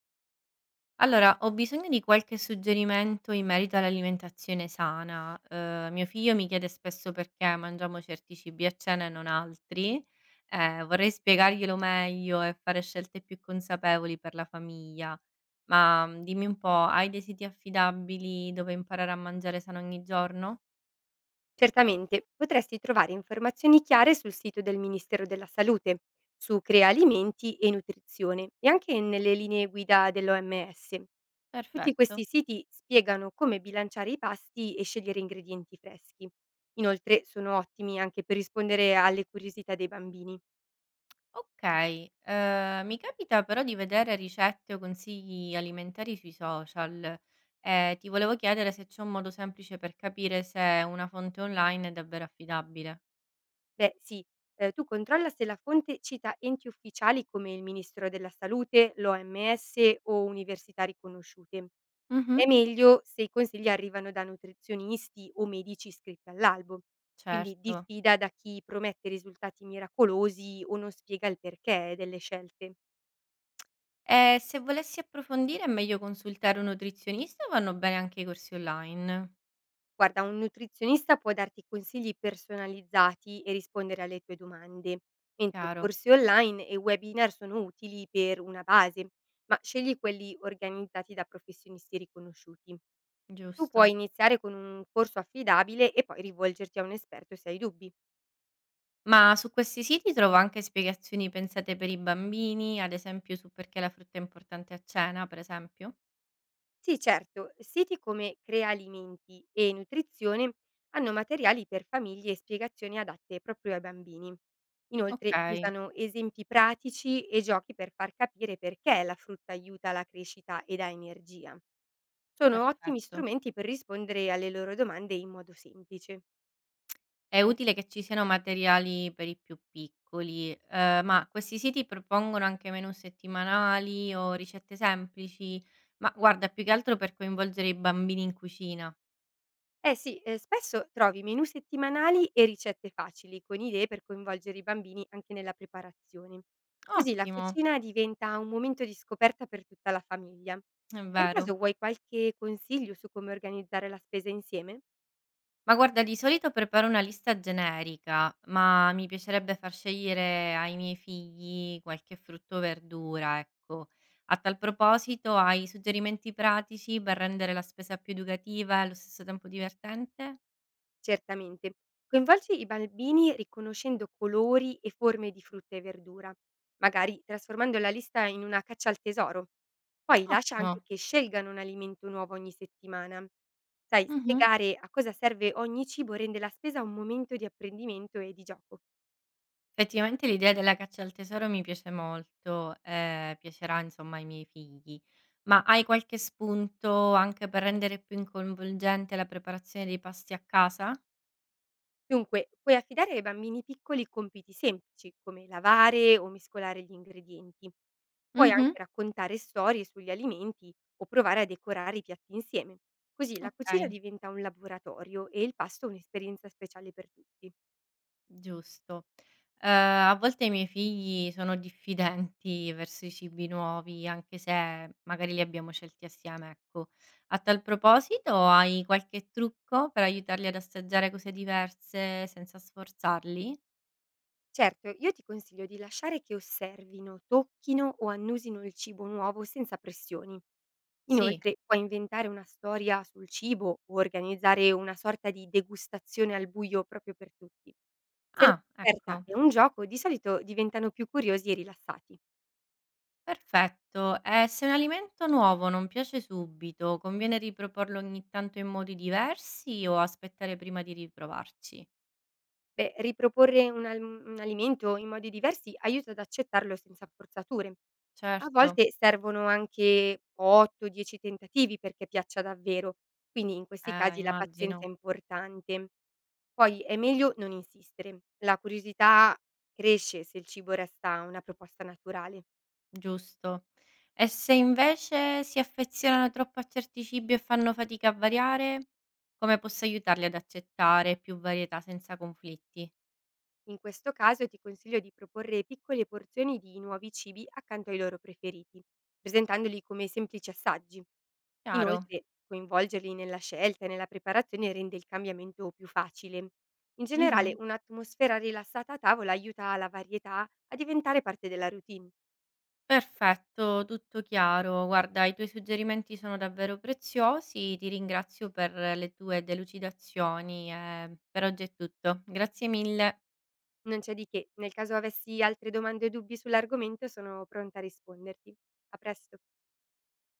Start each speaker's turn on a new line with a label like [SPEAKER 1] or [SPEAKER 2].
[SPEAKER 1] Allora, ho bisogno di qualche suggerimento in merito all'alimentazione sana. Mio figlio mi chiede spesso perché mangiamo certi cibi a cena e non altri. Vorrei spiegarglielo meglio e fare scelte più consapevoli per la famiglia. Ma dimmi un po', hai dei siti affidabili dove imparare a mangiare sano ogni giorno?
[SPEAKER 2] Certamente potresti trovare informazioni chiare sul sito del Ministero della Salute, su Crea Alimenti e Nutrizione e anche nelle linee guida dell'OMS. Tutti
[SPEAKER 1] Perfetto.
[SPEAKER 2] questi siti spiegano come bilanciare i pasti e scegliere ingredienti freschi. Inoltre sono ottimi anche per rispondere alle curiosità dei bambini.
[SPEAKER 1] Okay, mi capita però di vedere ricette o consigli alimentari sui social e ti volevo chiedere se c'è un modo semplice per capire se una fonte online è davvero affidabile.
[SPEAKER 2] Beh sì, tu controlla se la fonte cita enti ufficiali come il Ministero della Salute, l'OMS o università riconosciute.
[SPEAKER 1] Mhm.
[SPEAKER 2] È meglio se i consigli arrivano da nutrizionisti o medici iscritti all'albo, quindi
[SPEAKER 1] Certo.
[SPEAKER 2] diffida da chi promette risultati miracolosi o non spiega il perché delle scelte.
[SPEAKER 1] E se volessi approfondire è meglio consultare un nutrizionista o vanno bene anche i corsi online?
[SPEAKER 2] Guarda, un nutrizionista può darti consigli personalizzati e rispondere alle tue domande, mentre
[SPEAKER 1] Chiaro,
[SPEAKER 2] corsi online e webinar sono utili per una base, ma scegli quelli organizzati da professionisti riconosciuti. Tu puoi
[SPEAKER 1] giusto.
[SPEAKER 2] iniziare con un corso affidabile e poi rivolgerti a un esperto se hai dubbi.
[SPEAKER 1] Ma su questi siti trovo anche spiegazioni pensate per i bambini, ad esempio su perché la frutta è importante a cena, per esempio?
[SPEAKER 2] Sì, certo, siti come Crea Alimenti e Nutrizione hanno materiali per famiglie e spiegazioni adatte proprio ai bambini.
[SPEAKER 1] Ok,
[SPEAKER 2] Inoltre usano esempi pratici e giochi per far capire perché la frutta aiuta la crescita e dà energia. Sono ottimi
[SPEAKER 1] perfetto.
[SPEAKER 2] strumenti per rispondere alle loro domande in modo semplice.
[SPEAKER 1] È utile che ci siano materiali per i più piccoli, ma questi siti propongono anche menù settimanali o ricette semplici? Ma guarda, più che altro per coinvolgere i bambini in cucina.
[SPEAKER 2] Eh sì, spesso trovi menù settimanali e ricette facili, con idee per coinvolgere i bambini anche nella preparazione. Così la
[SPEAKER 1] Ottimo,
[SPEAKER 2] cucina diventa un momento di scoperta per tutta la famiglia.
[SPEAKER 1] è
[SPEAKER 2] Per caso
[SPEAKER 1] vero.
[SPEAKER 2] vuoi qualche consiglio su come organizzare la spesa insieme?
[SPEAKER 1] Ma guarda, di solito preparo una lista generica, ma mi piacerebbe far scegliere ai miei figli qualche frutto o verdura, ecco. A tal proposito, hai suggerimenti pratici per rendere la spesa più educativa e allo stesso tempo divertente?
[SPEAKER 2] Certamente. Coinvolgi i bambini riconoscendo colori e forme di frutta e verdura, magari trasformando la lista in una caccia al tesoro. Poi lascia anche
[SPEAKER 1] Ottimo.
[SPEAKER 2] che scelgano un alimento nuovo ogni settimana. Sai,
[SPEAKER 1] Mh-mh.
[SPEAKER 2] spiegare a cosa serve ogni cibo rende la spesa un momento di apprendimento e di gioco.
[SPEAKER 1] Effettivamente l'idea della caccia al tesoro mi piace molto, piacerà insomma ai miei figli. Ma hai qualche spunto anche per rendere più in coinvolgente la preparazione dei pasti a casa?
[SPEAKER 2] Dunque, puoi affidare ai bambini piccoli compiti semplici, come lavare o mescolare gli ingredienti. Puoi anche
[SPEAKER 1] Mh-mh.
[SPEAKER 2] raccontare storie sugli alimenti o provare a decorare i piatti insieme. Così la cucina
[SPEAKER 1] Okay,
[SPEAKER 2] diventa un laboratorio e il pasto un'esperienza speciale per tutti.
[SPEAKER 1] giusto. Ehm, A volte i miei figli sono diffidenti verso i cibi nuovi, anche se magari li abbiamo scelti assieme, ecco. A tal proposito hai qualche trucco per aiutarli ad assaggiare cose diverse senza sforzarli?
[SPEAKER 2] Certo, io ti consiglio di lasciare che osservino, tocchino o annusino il cibo nuovo senza pressioni.
[SPEAKER 1] Sì.
[SPEAKER 2] Inoltre, puoi inventare una storia sul cibo o organizzare una sorta di degustazione al buio proprio per tutti. Se la
[SPEAKER 1] Ah,
[SPEAKER 2] scoperta
[SPEAKER 1] ecco,
[SPEAKER 2] è un gioco, di solito diventano più curiosi e rilassati.
[SPEAKER 1] perfetto. E se un alimento nuovo non piace subito, conviene riproporlo ogni tanto in modi diversi o aspettare prima di riprovarci?
[SPEAKER 2] Beh, riproporre un alimento in modi diversi aiuta ad accettarlo senza forzature. A
[SPEAKER 1] Certo,
[SPEAKER 2] volte servono anche 8, 10 tentativi perché piaccia davvero, quindi in questi casi la pazienza è
[SPEAKER 1] immagino,
[SPEAKER 2] importante. Poi è meglio non insistere. La curiosità cresce se il cibo resta una proposta naturale.
[SPEAKER 1] giusto. E se invece si affezionano troppo a certi cibi e fanno fatica a variare, come posso aiutarli ad accettare più varietà senza conflitti?
[SPEAKER 2] In questo caso ti consiglio di proporre piccole porzioni di nuovi cibi accanto ai loro preferiti, presentandoli come semplici assaggi.
[SPEAKER 1] Chiaro?
[SPEAKER 2] Inoltre, coinvolgerli nella scelta e nella preparazione rende il cambiamento più facile. In generale,
[SPEAKER 1] Mhm.
[SPEAKER 2] un'atmosfera rilassata a tavola aiuta la varietà a diventare parte della routine.
[SPEAKER 1] Perfetto, tutto chiaro. Guarda, i tuoi suggerimenti sono davvero preziosi. Ti ringrazio per le tue delucidazioni e per oggi è tutto. Grazie mille.
[SPEAKER 2] Non c'è di che, nel caso avessi altre domande o dubbi sull'argomento sono pronta a risponderti. A presto.